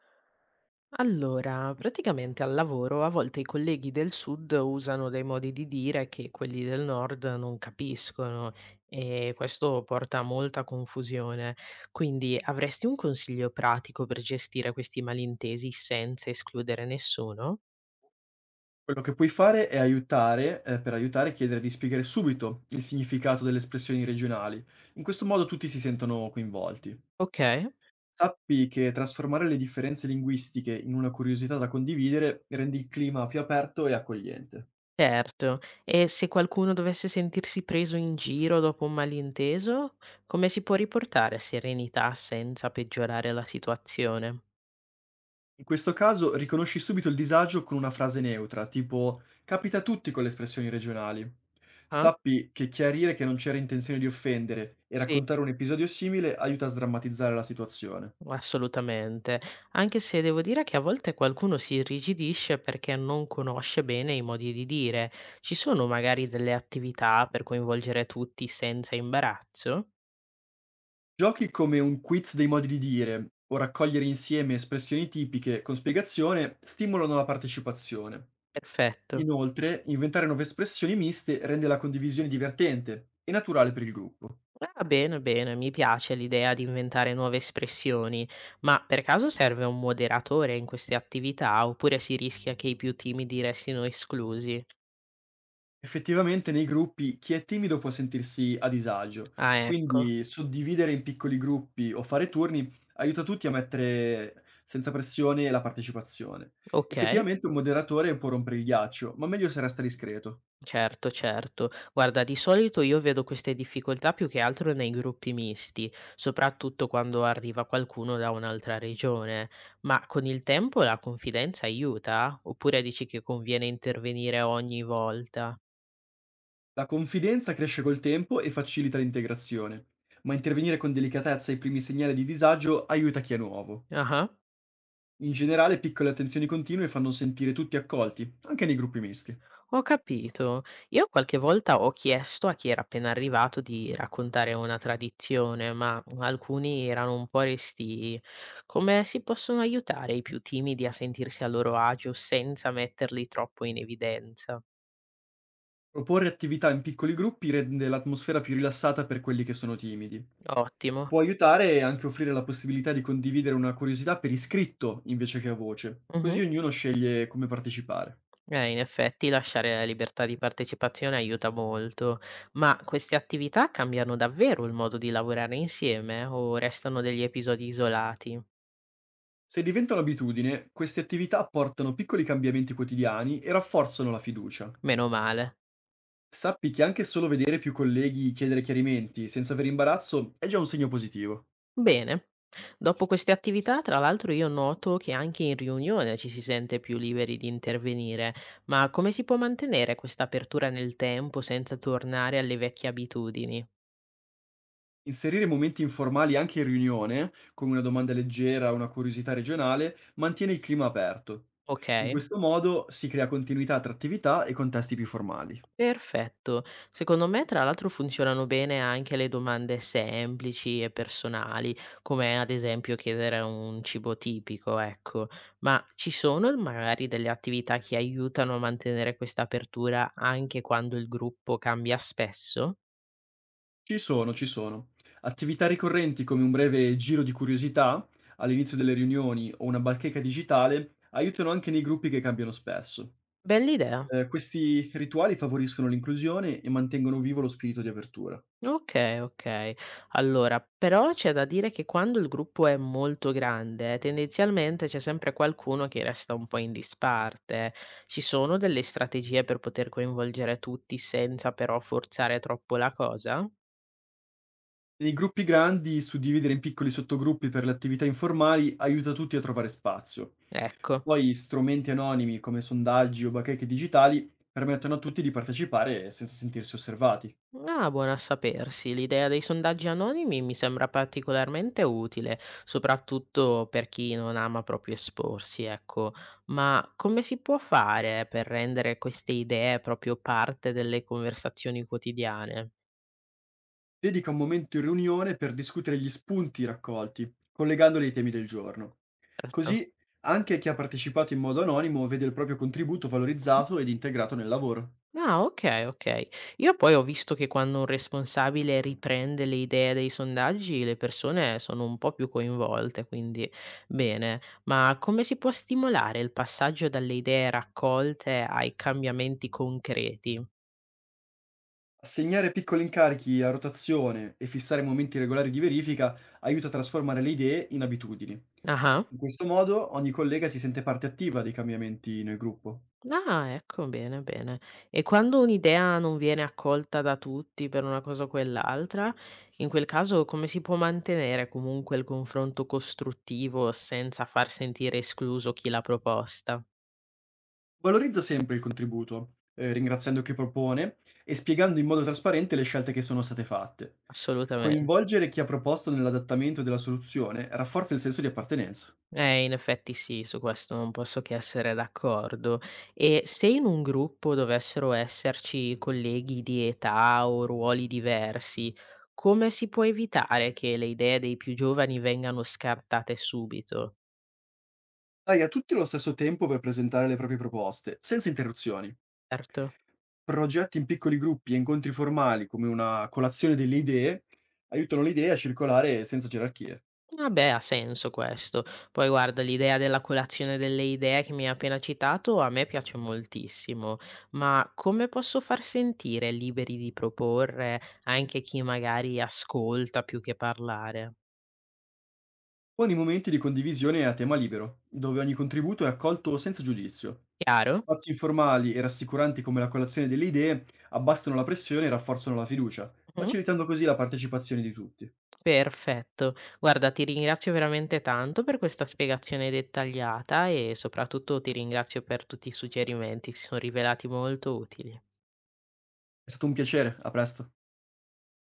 Allora, praticamente al lavoro a volte i colleghi del sud usano dei modi di dire che quelli del nord non capiscono e questo porta a molta confusione. Quindi avresti un consiglio pratico per gestire questi malintesi senza escludere nessuno? Quello che puoi fare è aiutare, per aiutare chiedere di spiegare subito il significato delle espressioni regionali. In questo modo tutti si sentono coinvolti. Ok, Sappi che trasformare le differenze linguistiche in una curiosità da condividere rende il clima più aperto e accogliente. certo. E se qualcuno dovesse sentirsi preso in giro dopo un malinteso, come si può riportare serenità senza peggiorare la situazione? In questo caso riconosci subito il disagio con una frase neutra, tipo capita a tutti con le espressioni regionali. Ah, Sappi che chiarire che non c'era intenzione di offendere e sì. raccontare un episodio simile aiuta a sdrammatizzare la situazione. Assolutamente, anche se devo dire che a volte qualcuno si irrigidisce perché non conosce bene i modi di dire. Ci sono magari delle attività per coinvolgere tutti senza imbarazzo? Giochi come un quiz dei modi di dire o raccogliere insieme espressioni tipiche con spiegazione stimolano la partecipazione. Perfetto. Inoltre, inventare nuove espressioni miste rende la condivisione divertente e naturale per il gruppo. Ah, bene, bene, mi piace l'idea di inventare nuove espressioni, ma per caso serve un moderatore in queste attività oppure si rischia che i più timidi restino esclusi? Effettivamente nei gruppi chi è timido può sentirsi a disagio, Ah, ecco, quindi suddividere in piccoli gruppi o fare turni aiuta tutti a mettere senza pressione la partecipazione. ok. Effettivamente un moderatore può rompere il ghiaccio, ma meglio se resta discreto. Certo, certo. Guarda, di solito io vedo queste difficoltà più che altro nei gruppi misti, soprattutto quando arriva qualcuno da un'altra regione. Ma con il tempo la confidenza aiuta? Oppure dici che conviene intervenire ogni volta? La confidenza cresce col tempo e facilita l'integrazione, ma intervenire con delicatezza ai primi segnali di disagio aiuta chi è nuovo. Ah. In generale, piccole attenzioni continue fanno sentire tutti accolti, anche nei gruppi misti. Ho capito. Io qualche volta ho chiesto a chi era appena arrivato di raccontare una tradizione, ma alcuni erano un po' restii. Come si possono aiutare i più timidi a sentirsi a loro agio senza metterli troppo in evidenza? Proporre attività in piccoli gruppi rende l'atmosfera più rilassata per quelli che sono timidi. Ottimo. Può aiutare anche offrire la possibilità di condividere una curiosità per iscritto invece che a voce, così Mhm. ognuno sceglie come partecipare. In effetti lasciare la libertà di partecipazione aiuta molto, ma queste attività cambiano davvero il modo di lavorare insieme o restano degli episodi isolati? Se diventa un'abitudine, queste attività portano piccoli cambiamenti quotidiani e rafforzano la fiducia. Meno male. Sappi che anche solo vedere più colleghi chiedere chiarimenti senza avere imbarazzo è già un segno positivo. Bene. Dopo queste attività, tra l'altro, io noto che anche in riunione ci si sente più liberi di intervenire, ma come si può mantenere questa apertura nel tempo senza tornare alle vecchie abitudini? Inserire momenti informali anche in riunione, come una domanda leggera o una curiosità regionale, mantiene il clima aperto. Ok. In questo modo si crea continuità tra attività e contesti più formali. Perfetto. Secondo me, tra l'altro, funzionano bene anche le domande semplici e personali, come ad esempio chiedere un cibo tipico, ecco. Ma ci sono magari delle attività che aiutano a mantenere questa apertura anche quando il gruppo cambia spesso? Ci sono, ci sono. Attività ricorrenti come un breve giro di curiosità all'inizio delle riunioni o una bacheca digitale aiutano anche nei gruppi che cambiano spesso. Bell'idea. Questi rituali favoriscono l'inclusione e mantengono vivo lo spirito di apertura. Okay, okay. Allora, però c'è da dire che quando il gruppo è molto grande, tendenzialmente c'è sempre qualcuno che resta un po' in disparte. Ci sono delle strategie per poter coinvolgere tutti senza però forzare troppo la cosa? Nei gruppi grandi, suddividere in piccoli sottogruppi per le attività informali aiuta tutti a trovare spazio. Ecco. Poi strumenti anonimi come sondaggi o bacheche digitali permettono a tutti di partecipare senza sentirsi osservati. Ah, buona a sapersi. L'idea dei sondaggi anonimi mi sembra particolarmente utile, soprattutto per chi non ama proprio esporsi, ecco. Ma come si può fare per rendere queste idee proprio parte delle conversazioni quotidiane? Dedica un momento in riunione per discutere gli spunti raccolti, collegandoli ai temi del giorno. Certo. Così anche chi ha partecipato in modo anonimo vede il proprio contributo valorizzato ed integrato nel lavoro. Ah, okay, okay. Io poi ho visto che quando un responsabile riprende le idee dei sondaggi, le persone sono un po' più coinvolte, quindi bene. Ma come si può stimolare il passaggio dalle idee raccolte ai cambiamenti concreti? Assegnare piccoli incarichi a rotazione e fissare momenti regolari di verifica aiuta a trasformare le idee in abitudini. Ah-ah. In questo modo ogni collega si sente parte attiva dei cambiamenti nel gruppo. Ah, ecco, bene, bene. E quando un'idea non viene accolta da tutti per una cosa o quell'altra, in quel caso come si può mantenere comunque il confronto costruttivo senza far sentire escluso chi l'ha proposta? Valorizza sempre il contributo, ringraziando chi propone e spiegando in modo trasparente le scelte che sono state fatte. Assolutamente. Coinvolgere chi ha proposto nell'adattamento della soluzione rafforza il senso di appartenenza. In effetti sì, su questo non posso che essere d'accordo. E se in un gruppo dovessero esserci colleghi di età o ruoli diversi, come si può evitare che le idee dei più giovani vengano scartate subito? Dai a tutti lo stesso tempo per presentare le proprie proposte, senza interruzioni. Certo. Progetti in piccoli gruppi e incontri formali, come una colazione delle idee, aiutano le idee a circolare senza gerarchie. Vabbè, ha senso questo. Poi guarda, l'idea della colazione delle idee che mi hai appena citato a me piace moltissimo, ma come posso far sentire liberi di proporre anche chi magari ascolta più che parlare? Buoni momenti di condivisione a tema libero, dove ogni contributo è accolto senza giudizio. Chiaro? Spazi informali e rassicuranti come la colazione delle idee abbassano la pressione e rafforzano la fiducia, Mh-mh. facilitando così la partecipazione di tutti. Perfetto. Guarda, ti ringrazio veramente tanto per questa spiegazione dettagliata e soprattutto ti ringrazio per tutti i suggerimenti, si sono rivelati molto utili. È stato un piacere, a presto.